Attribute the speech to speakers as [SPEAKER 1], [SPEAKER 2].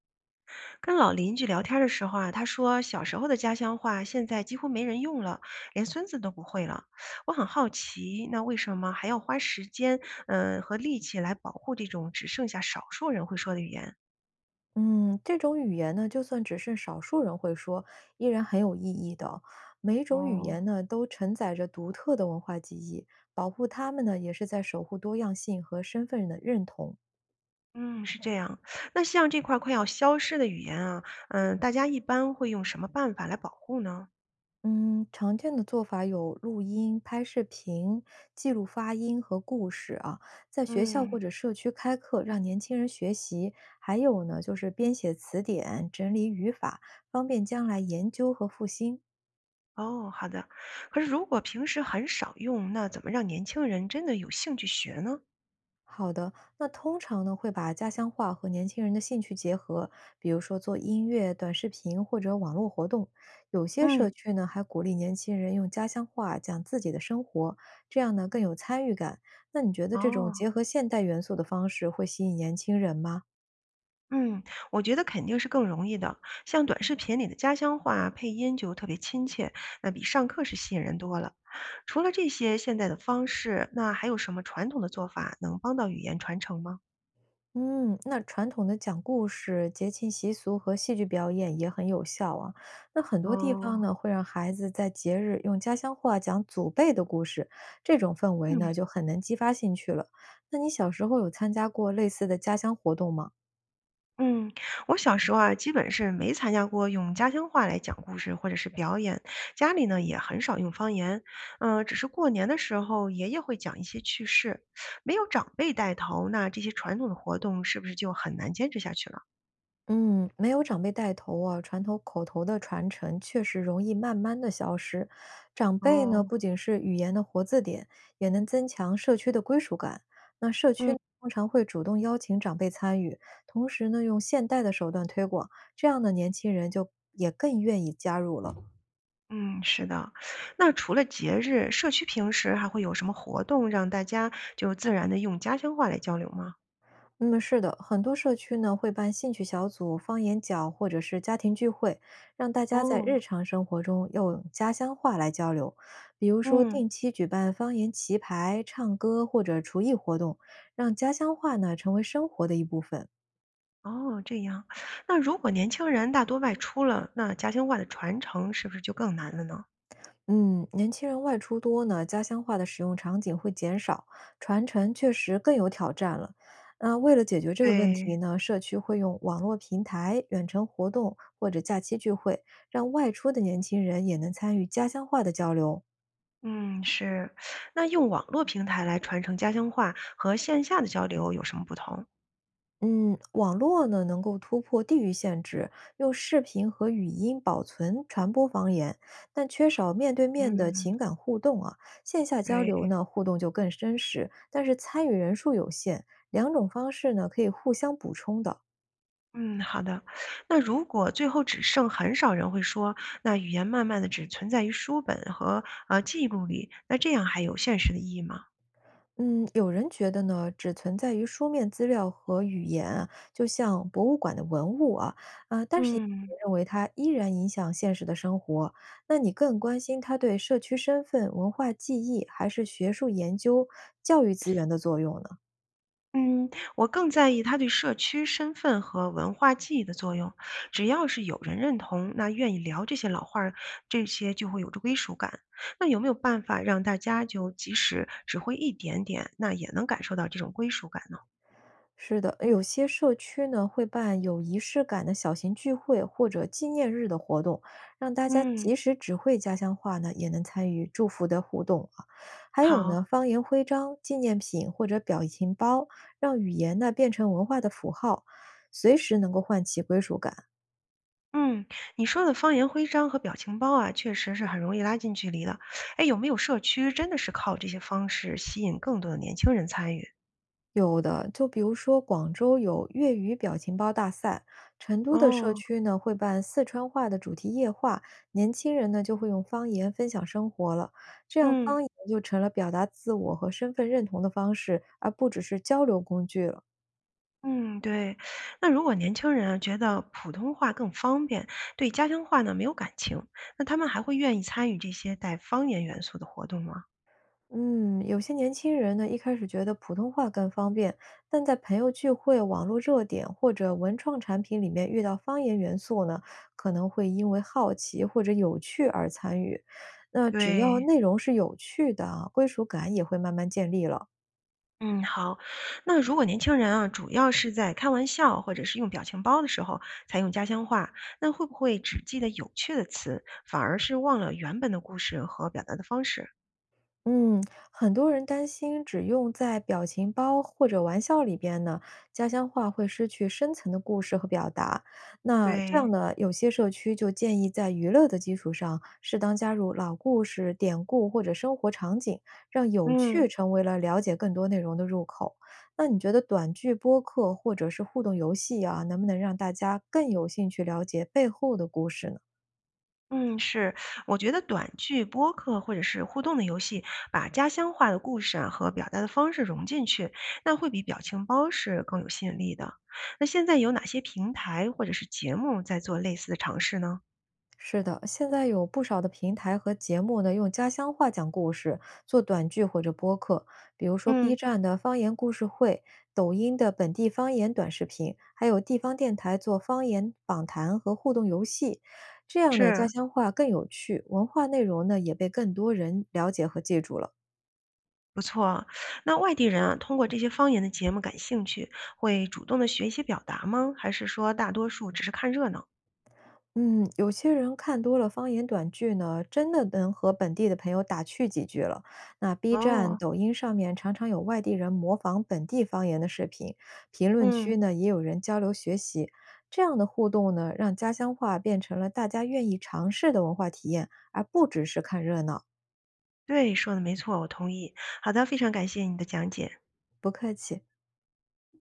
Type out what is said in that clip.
[SPEAKER 1] 跟老邻居聊天的时候啊，他说小时候的家乡话现在几乎没人用了，连孙子都不会了。我很好奇，那为什么还要花时间，和力气来保护这种只剩下少数人会说的语言？
[SPEAKER 2] 嗯，这种语言呢，就算只剩少数人会说，依然很有意义的。每一种语
[SPEAKER 1] 哦，
[SPEAKER 2] 言呢，都承载着独特的文化记忆，保护它们呢，也是在守护多样性和身份的认同。
[SPEAKER 1] 嗯，是这样。那像这块快要消失的语言啊，大家一般会用什么办法来保护呢？
[SPEAKER 2] 嗯，常见的做法有录音、拍视频、记录发音和故事啊，在学校
[SPEAKER 1] 嗯。
[SPEAKER 2] 或者社区开课，让年轻人学习。还有呢，就是编写词典、整理语法，方便将来研究和复兴。
[SPEAKER 1] 哦，好的。可是如果平时很少用，那怎么让年轻人真的有兴趣学呢？
[SPEAKER 2] 好的，那通常呢会把家乡话和年轻人的兴趣结合，比如说做音乐、短视频或者网络活动。有些社
[SPEAKER 1] 嗯，
[SPEAKER 2] 区呢还鼓励年轻人用家乡话讲自己的生活，这样呢更有参与感。那你觉得这种
[SPEAKER 1] 哦，
[SPEAKER 2] 结合现代元素的方式会吸引年轻人吗？
[SPEAKER 1] 嗯，我觉得肯定是更容易的。像短视频里的家乡话啊配音就特别亲切，那比上课是吸引人多了。除了这些现在的方式，那还有什么传统的做法能帮到语言传承吗？
[SPEAKER 2] 嗯，那传统的讲故事、节庆习俗和戏剧表演也很有效啊。那很多地
[SPEAKER 1] 哦，
[SPEAKER 2] 方呢，会让孩子在节日用家乡话讲祖辈的故事，这种氛围
[SPEAKER 1] 嗯
[SPEAKER 2] 呢，就很能激发兴趣了。那你小时候有参加过类似的家乡活动吗？
[SPEAKER 1] 嗯，我小时候啊，基本是没参加过用家乡话来讲故事或者是表演，家里呢也很少用方言，只是过年的时候爷爷会讲一些趣事，没有长辈带头，那这些传统的活动是不是就很难坚持下去了？
[SPEAKER 2] 嗯，没有长辈带头啊，传统口头的传承确实容易慢慢的消失。长辈呢，
[SPEAKER 1] 哦，
[SPEAKER 2] 不仅是语言的活字典，也能增强社区的归属感。那社区
[SPEAKER 1] 嗯，
[SPEAKER 2] 呢通常会主动邀请长辈参与，同时呢，用现代的手段推广，这样的年轻人就也更愿意加入了。
[SPEAKER 1] 嗯，是的。那除了节日，社区平时还会有什么活动让大家就自然的用家乡话来交流吗？
[SPEAKER 2] 嗯，是的，很多社区呢会办兴趣小组、方言角或者是家庭聚会，让大家在
[SPEAKER 1] 哦，
[SPEAKER 2] 日常生活中用家乡话来交流。比如说，
[SPEAKER 1] 嗯，
[SPEAKER 2] 定期举办方言棋牌、唱歌或者厨艺活动，让家乡话呢成为生活的一部分。
[SPEAKER 1] 哦，这样。那如果年轻人大多外出了，那家乡话的传承是不是就更难了呢？
[SPEAKER 2] 嗯，年轻人外出多呢，家乡话的使用场景会减少，传承确实更有挑战了。那为了解决这个问
[SPEAKER 1] 对，
[SPEAKER 2] 题呢，社区会用网络平台、远程活动或者假期聚会，让外出的年轻人也能参与家乡话的交流。
[SPEAKER 1] 嗯，是。那用网络平台来传承家乡话和线下的交流有什么不同？
[SPEAKER 2] 嗯，网络呢能够突破地域限制，用视频和语音保存传播方言，但缺少面对面的
[SPEAKER 1] 嗯，
[SPEAKER 2] 情感互动啊。线下交流
[SPEAKER 1] 对。
[SPEAKER 2] 呢，互动就更真实，但是参与人数有限，两种方式呢可以互相补充的。
[SPEAKER 1] 嗯，好的。那如果最后只剩很少人会说，那语言慢慢的只存在于书本和记录里，那这样还有现实的意义吗？
[SPEAKER 2] 嗯，有人觉得呢，只存在于书面资料和语言啊，就像博物馆的文物啊，但是也
[SPEAKER 1] 嗯
[SPEAKER 2] 有人认为它依然影响现实的生活。那你更关心它对社区身份、文化记忆，还是学术研究、教育资源的作用呢？
[SPEAKER 1] 嗯，我更在意它对社区身份和文化记忆的作用。只要是有人认同，那愿意聊这些老话儿，这些就会有着归属感。那有没有办法让大家就即使只会一点点，那也能感受到这种归属感呢？
[SPEAKER 2] 是的，有些社区呢会办有仪式感的小型聚会或者纪念日的活动，让大家
[SPEAKER 1] 嗯，
[SPEAKER 2] 即使只会家乡话呢，也能参与祝福的互动啊。还有
[SPEAKER 1] 好。
[SPEAKER 2] 呢，方言徽章、纪念品或者表情包，让语言呢变成文化的符号，随时能够唤起归属感。
[SPEAKER 1] 嗯，你说的方言徽章和表情包啊，确实是很容易拉近距离的。哎，有没有社区真的是靠这些方式吸引更多的年轻人参与？
[SPEAKER 2] 有的，就比如说广州有粤语表情包大赛，成都的社
[SPEAKER 1] 哦，
[SPEAKER 2] 区呢会办四川话的主题夜话，年轻人呢就会用方言分享生活了，这样
[SPEAKER 1] 嗯，
[SPEAKER 2] 方言就成了表达自我和身份认同的方式，而不只是交流工具了。
[SPEAKER 1] 嗯，对。那如果年轻人啊觉得普通话更方便，对家乡话呢没有感情，那他们还会愿意参与这些带方言元素的活动吗？
[SPEAKER 2] 嗯，有些年轻人呢，一开始觉得普通话更方便，但在朋友聚会、网络热点或者文创产品里面遇到方言元素呢，可能会因为好奇或者有趣而参与。那只要
[SPEAKER 1] 对，
[SPEAKER 2] 内容是有趣的啊归属感也会慢慢建立了。
[SPEAKER 1] 嗯，好。那如果年轻人啊，主要是在开玩笑或者是用表情包的时候才用家乡话，那会不会只记得有趣的词，反而是忘了原本的故事和表达的方式？
[SPEAKER 2] 嗯，很多人担心只用在表情包或者玩笑里边呢，家乡话会失去深层的故事和表达。那这样
[SPEAKER 1] 对，
[SPEAKER 2] 呢，有些社区就建议在娱乐的基础上，适当加入老故事、典故或者生活场景，让有趣
[SPEAKER 1] 嗯，
[SPEAKER 2] 成为了了解更多内容的入口。那你觉得短剧播客或者是互动游戏啊，能不能让大家更有兴趣了解背后的故事呢？
[SPEAKER 1] 嗯，是，我觉得短剧、播客或者是互动的游戏，把家乡话的故事啊和表达的方式融进去，那会比表情包是更有吸引力的。那现在有哪些平台或者是节目在做类似的尝试呢？
[SPEAKER 2] 是的，现在有不少的平台和节目呢，用家乡话讲故事，做短剧或者播客，比如说 B
[SPEAKER 1] 嗯，
[SPEAKER 2] 站的方言故事会、抖音的本地方言短视频，还有地方电台做方言访谈和互动游戏，这样呢，家
[SPEAKER 1] 是。
[SPEAKER 2] 乡话更有趣，文化内容呢也被更多人了解和记住了。
[SPEAKER 1] 不错啊，那外地人啊，通过这些方言的节目感兴趣，会主动的学习表达吗？还是说大多数只是看热闹？
[SPEAKER 2] 嗯，有些人看多了方言短剧呢，真的能和本地的朋友打趣几句了。那 B 站、
[SPEAKER 1] 哦，
[SPEAKER 2] 抖音上面常常有外地人模仿本地方言的视频，评论区
[SPEAKER 1] 嗯，
[SPEAKER 2] 呢也有人交流学习。这样的互动呢，让家乡话变成了大家愿意尝试的文化体验，而不只是看热闹。
[SPEAKER 1] 对，说的没错，我同意。好的，非常感谢你的讲解。
[SPEAKER 2] 不客气。